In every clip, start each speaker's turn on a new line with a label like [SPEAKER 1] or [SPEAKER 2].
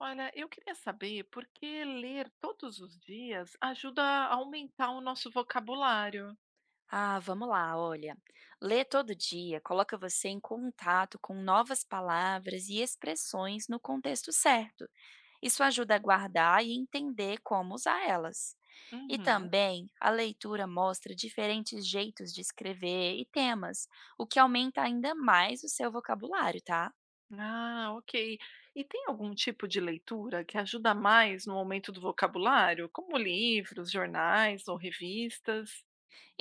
[SPEAKER 1] Olha, eu queria saber por que ler todos os dias ajuda a aumentar o nosso vocabulário.
[SPEAKER 2] Ah, vamos lá, olha. Ler todo dia coloca você em contato com novas palavras e expressões no contexto certo. Isso ajuda a guardar e entender como usar elas. E
[SPEAKER 1] Uhum.
[SPEAKER 2] também a leitura mostra diferentes jeitos de escrever e temas, o que aumenta ainda mais o seu vocabulário, tá?
[SPEAKER 1] Ah, ok. E tem algum tipo de leitura que ajuda mais no aumento do vocabulário, como livros, jornais ou revistas?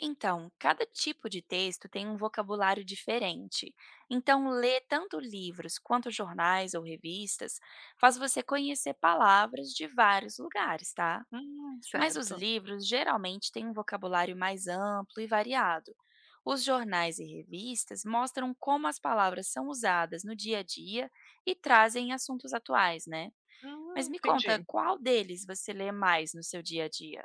[SPEAKER 2] Então, cada tipo de texto tem um vocabulário diferente. Então, ler tanto livros quanto jornais ou revistas faz você conhecer palavras de vários lugares, tá? Mas os
[SPEAKER 1] Certo.
[SPEAKER 2] livros geralmente têm um vocabulário mais amplo e variado. Os jornais e revistas mostram como as palavras são usadas no dia a dia e trazem assuntos atuais, né? Mas me
[SPEAKER 1] Entendi.
[SPEAKER 2] conta, qual deles você lê mais no seu dia a dia?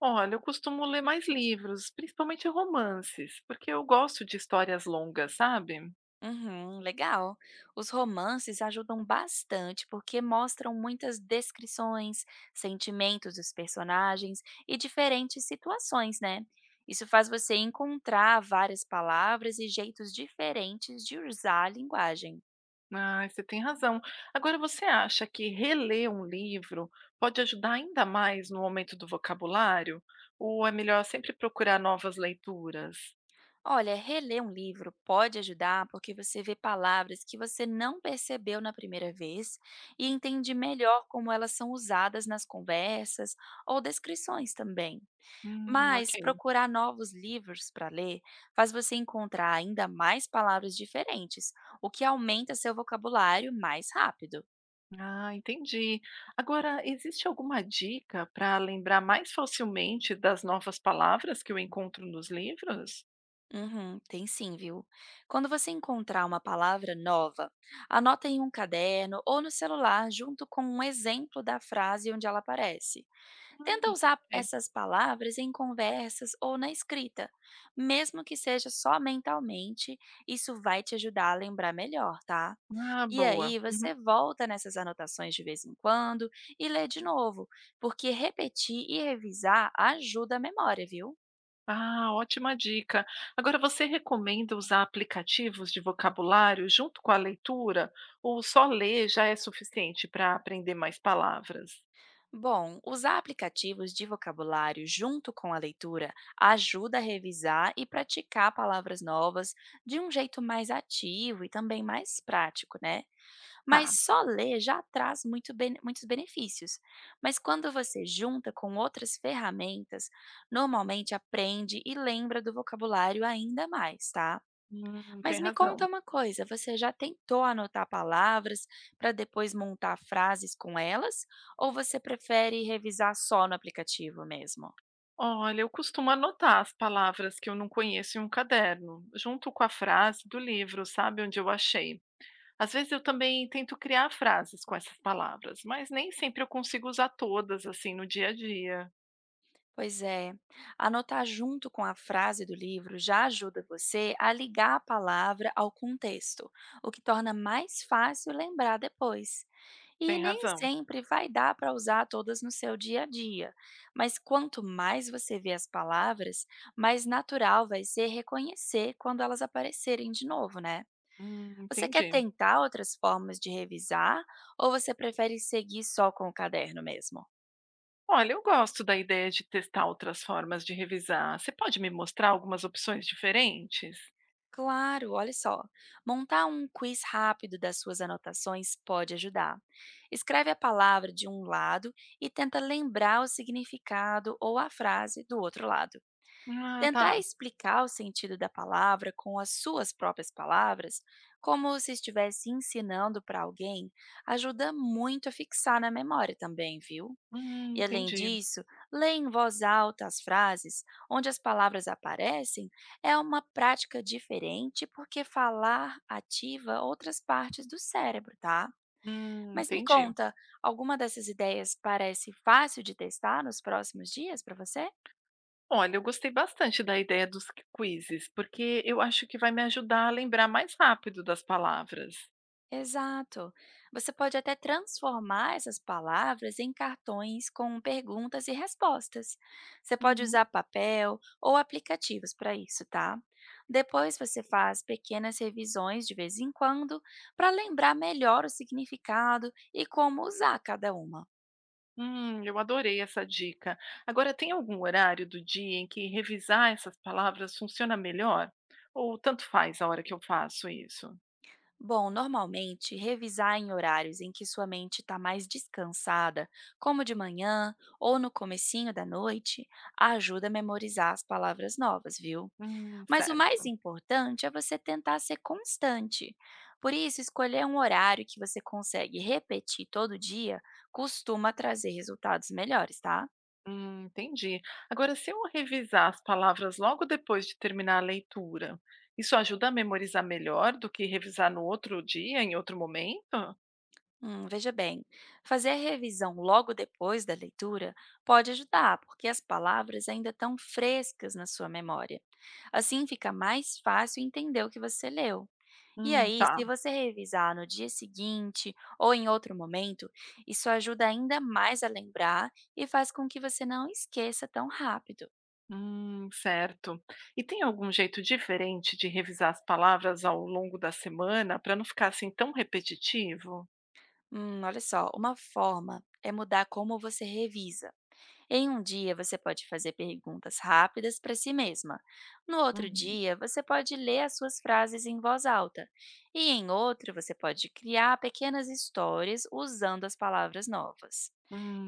[SPEAKER 1] Olha, eu costumo ler mais livros, principalmente romances, porque eu gosto de histórias longas, sabe?
[SPEAKER 2] Uhum, legal. Os romances ajudam bastante porque mostram muitas descrições, sentimentos dos personagens e diferentes situações, né? Isso faz você encontrar várias palavras e jeitos diferentes de usar a linguagem.
[SPEAKER 1] Ah, você tem razão. Agora, você acha que reler um livro pode ajudar ainda mais no aumento do vocabulário? Ou é melhor sempre procurar novas leituras?
[SPEAKER 2] Olha, reler um livro pode ajudar porque você vê palavras que você não percebeu na primeira vez e entende melhor como elas são usadas nas conversas ou descrições também.
[SPEAKER 1] Ok.
[SPEAKER 2] Mas procurar novos livros para ler faz você encontrar ainda mais palavras diferentes, o que aumenta seu vocabulário mais rápido.
[SPEAKER 1] Ah, entendi. Agora, existe alguma dica para lembrar mais facilmente das novas palavras que eu encontro nos livros?
[SPEAKER 2] Uhum, tem sim, viu? Quando você encontrar uma palavra nova, anota em um caderno ou no celular junto com um exemplo da frase onde ela aparece. Tenta usar
[SPEAKER 1] Ok.
[SPEAKER 2] essas palavras em conversas ou na escrita, mesmo que seja só mentalmente, isso vai te ajudar a lembrar melhor, tá?
[SPEAKER 1] Ah,
[SPEAKER 2] E
[SPEAKER 1] boa.
[SPEAKER 2] aí você volta nessas anotações de vez em quando e lê de novo, porque repetir e revisar ajuda a memória, viu?
[SPEAKER 1] Ah, ótima dica. Agora, você recomenda usar aplicativos de vocabulário junto com a leitura? Ou só ler já é suficiente para aprender mais palavras?
[SPEAKER 2] Bom, usar aplicativos de vocabulário junto com a leitura ajuda a revisar e praticar palavras novas de um jeito mais ativo e também mais prático, né? Mas
[SPEAKER 1] Tá,
[SPEAKER 2] só ler já traz muitos benefícios, mas quando você junta com outras ferramentas, normalmente aprende e lembra do vocabulário ainda mais, tá. Mas
[SPEAKER 1] tem
[SPEAKER 2] me
[SPEAKER 1] razão.
[SPEAKER 2] conta uma coisa, você já tentou anotar palavras para depois montar frases com elas, ou você prefere revisar só no aplicativo mesmo?
[SPEAKER 1] Olha, eu costumo anotar as palavras que eu não conheço em um caderno, junto com a frase do livro, sabe, onde eu achei. Às vezes eu também tento criar frases com essas palavras, mas nem sempre eu consigo usar todas assim no dia a dia.
[SPEAKER 2] Pois é. Anotar junto com a frase do livro já ajuda você a ligar a palavra ao contexto, o que torna mais fácil lembrar depois. E
[SPEAKER 1] Tem
[SPEAKER 2] nem
[SPEAKER 1] razão.
[SPEAKER 2] sempre vai dar para usar todas no seu dia a dia, mas quanto mais você vê as palavras, mais natural vai ser reconhecer quando elas aparecerem de novo, né? Você quer
[SPEAKER 1] Entendi.
[SPEAKER 2] tentar outras formas de revisar ou você prefere seguir só com o caderno mesmo?
[SPEAKER 1] Olha, eu gosto da ideia de testar outras formas de revisar. Você pode me mostrar algumas opções diferentes?
[SPEAKER 2] Claro, olha só. Montar um quiz rápido das suas anotações pode ajudar. Escreve a palavra de um lado e tenta lembrar o significado ou a frase do outro lado.
[SPEAKER 1] Ah,
[SPEAKER 2] Tentar
[SPEAKER 1] tá.
[SPEAKER 2] explicar o sentido da palavra com as suas próprias palavras, como se estivesse ensinando para alguém, ajuda muito a fixar na memória também, viu? E além
[SPEAKER 1] Entendi.
[SPEAKER 2] disso, ler em voz alta as frases onde as palavras aparecem é uma prática diferente porque falar ativa outras partes do cérebro, tá? Mas me
[SPEAKER 1] Entendi.
[SPEAKER 2] conta, alguma dessas ideias parece fácil de testar nos próximos dias para você?
[SPEAKER 1] Olha, eu gostei bastante da ideia dos quizzes, porque eu acho que vai me ajudar a lembrar mais rápido das palavras.
[SPEAKER 2] Exato. Você pode até transformar essas palavras em cartões com perguntas e respostas. Você pode
[SPEAKER 1] Uhum.
[SPEAKER 2] usar papel ou aplicativos para isso, tá? Depois você faz pequenas revisões de vez em quando para lembrar melhor o significado e como usar cada uma.
[SPEAKER 1] Eu adorei essa dica. Agora, tem algum horário do dia em que revisar essas palavras funciona melhor? Ou tanto faz a hora que eu faço isso?
[SPEAKER 2] Bom, normalmente revisar em horários em que sua mente está mais descansada, como de manhã ou no comecinho da noite, ajuda a memorizar as palavras novas, viu? Mas o mais
[SPEAKER 1] Certo.
[SPEAKER 2] importante é você tentar ser constante. Por isso, escolher um horário que você consegue repetir todo dia costuma trazer resultados melhores, tá?
[SPEAKER 1] Entendi. Agora, se eu revisar as palavras logo depois de terminar a leitura, isso ajuda a memorizar melhor do que revisar no outro dia, em outro momento?
[SPEAKER 2] Veja bem, fazer a revisão logo depois da leitura pode ajudar, porque as palavras ainda estão frescas na sua memória. Assim, fica mais fácil entender o que você leu. E aí,
[SPEAKER 1] Tá.
[SPEAKER 2] se você revisar no dia seguinte ou em outro momento, isso ajuda ainda mais a lembrar e faz com que você não esqueça tão rápido.
[SPEAKER 1] Certo. E tem algum jeito diferente de revisar as palavras ao longo da semana para não ficar assim tão repetitivo?
[SPEAKER 2] Olha só, uma forma é mudar como você revisa. Em um dia, você pode fazer perguntas rápidas para si mesma. No outro
[SPEAKER 1] Uhum.
[SPEAKER 2] dia, você pode ler as suas frases em voz alta. E em outro, você pode criar pequenas histórias usando as palavras novas.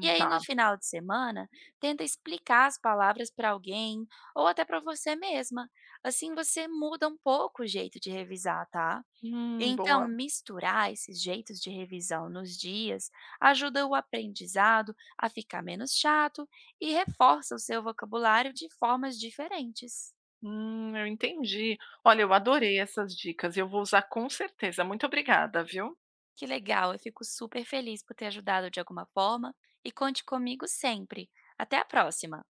[SPEAKER 2] E aí, no
[SPEAKER 1] Tá.
[SPEAKER 2] final de semana, tenta explicar as palavras para alguém ou até para você mesma. Assim você muda um pouco o jeito de revisar, tá? Então,
[SPEAKER 1] Boa.
[SPEAKER 2] misturar esses jeitos de revisão nos dias ajuda o aprendizado a ficar menos chato e reforça o seu vocabulário de formas diferentes.
[SPEAKER 1] Eu entendi. Olha, eu adorei essas dicas. Eu vou usar com certeza. Muito obrigada, viu?
[SPEAKER 2] Que legal, eu fico super feliz por ter ajudado de alguma forma e conte comigo sempre. Até a próxima!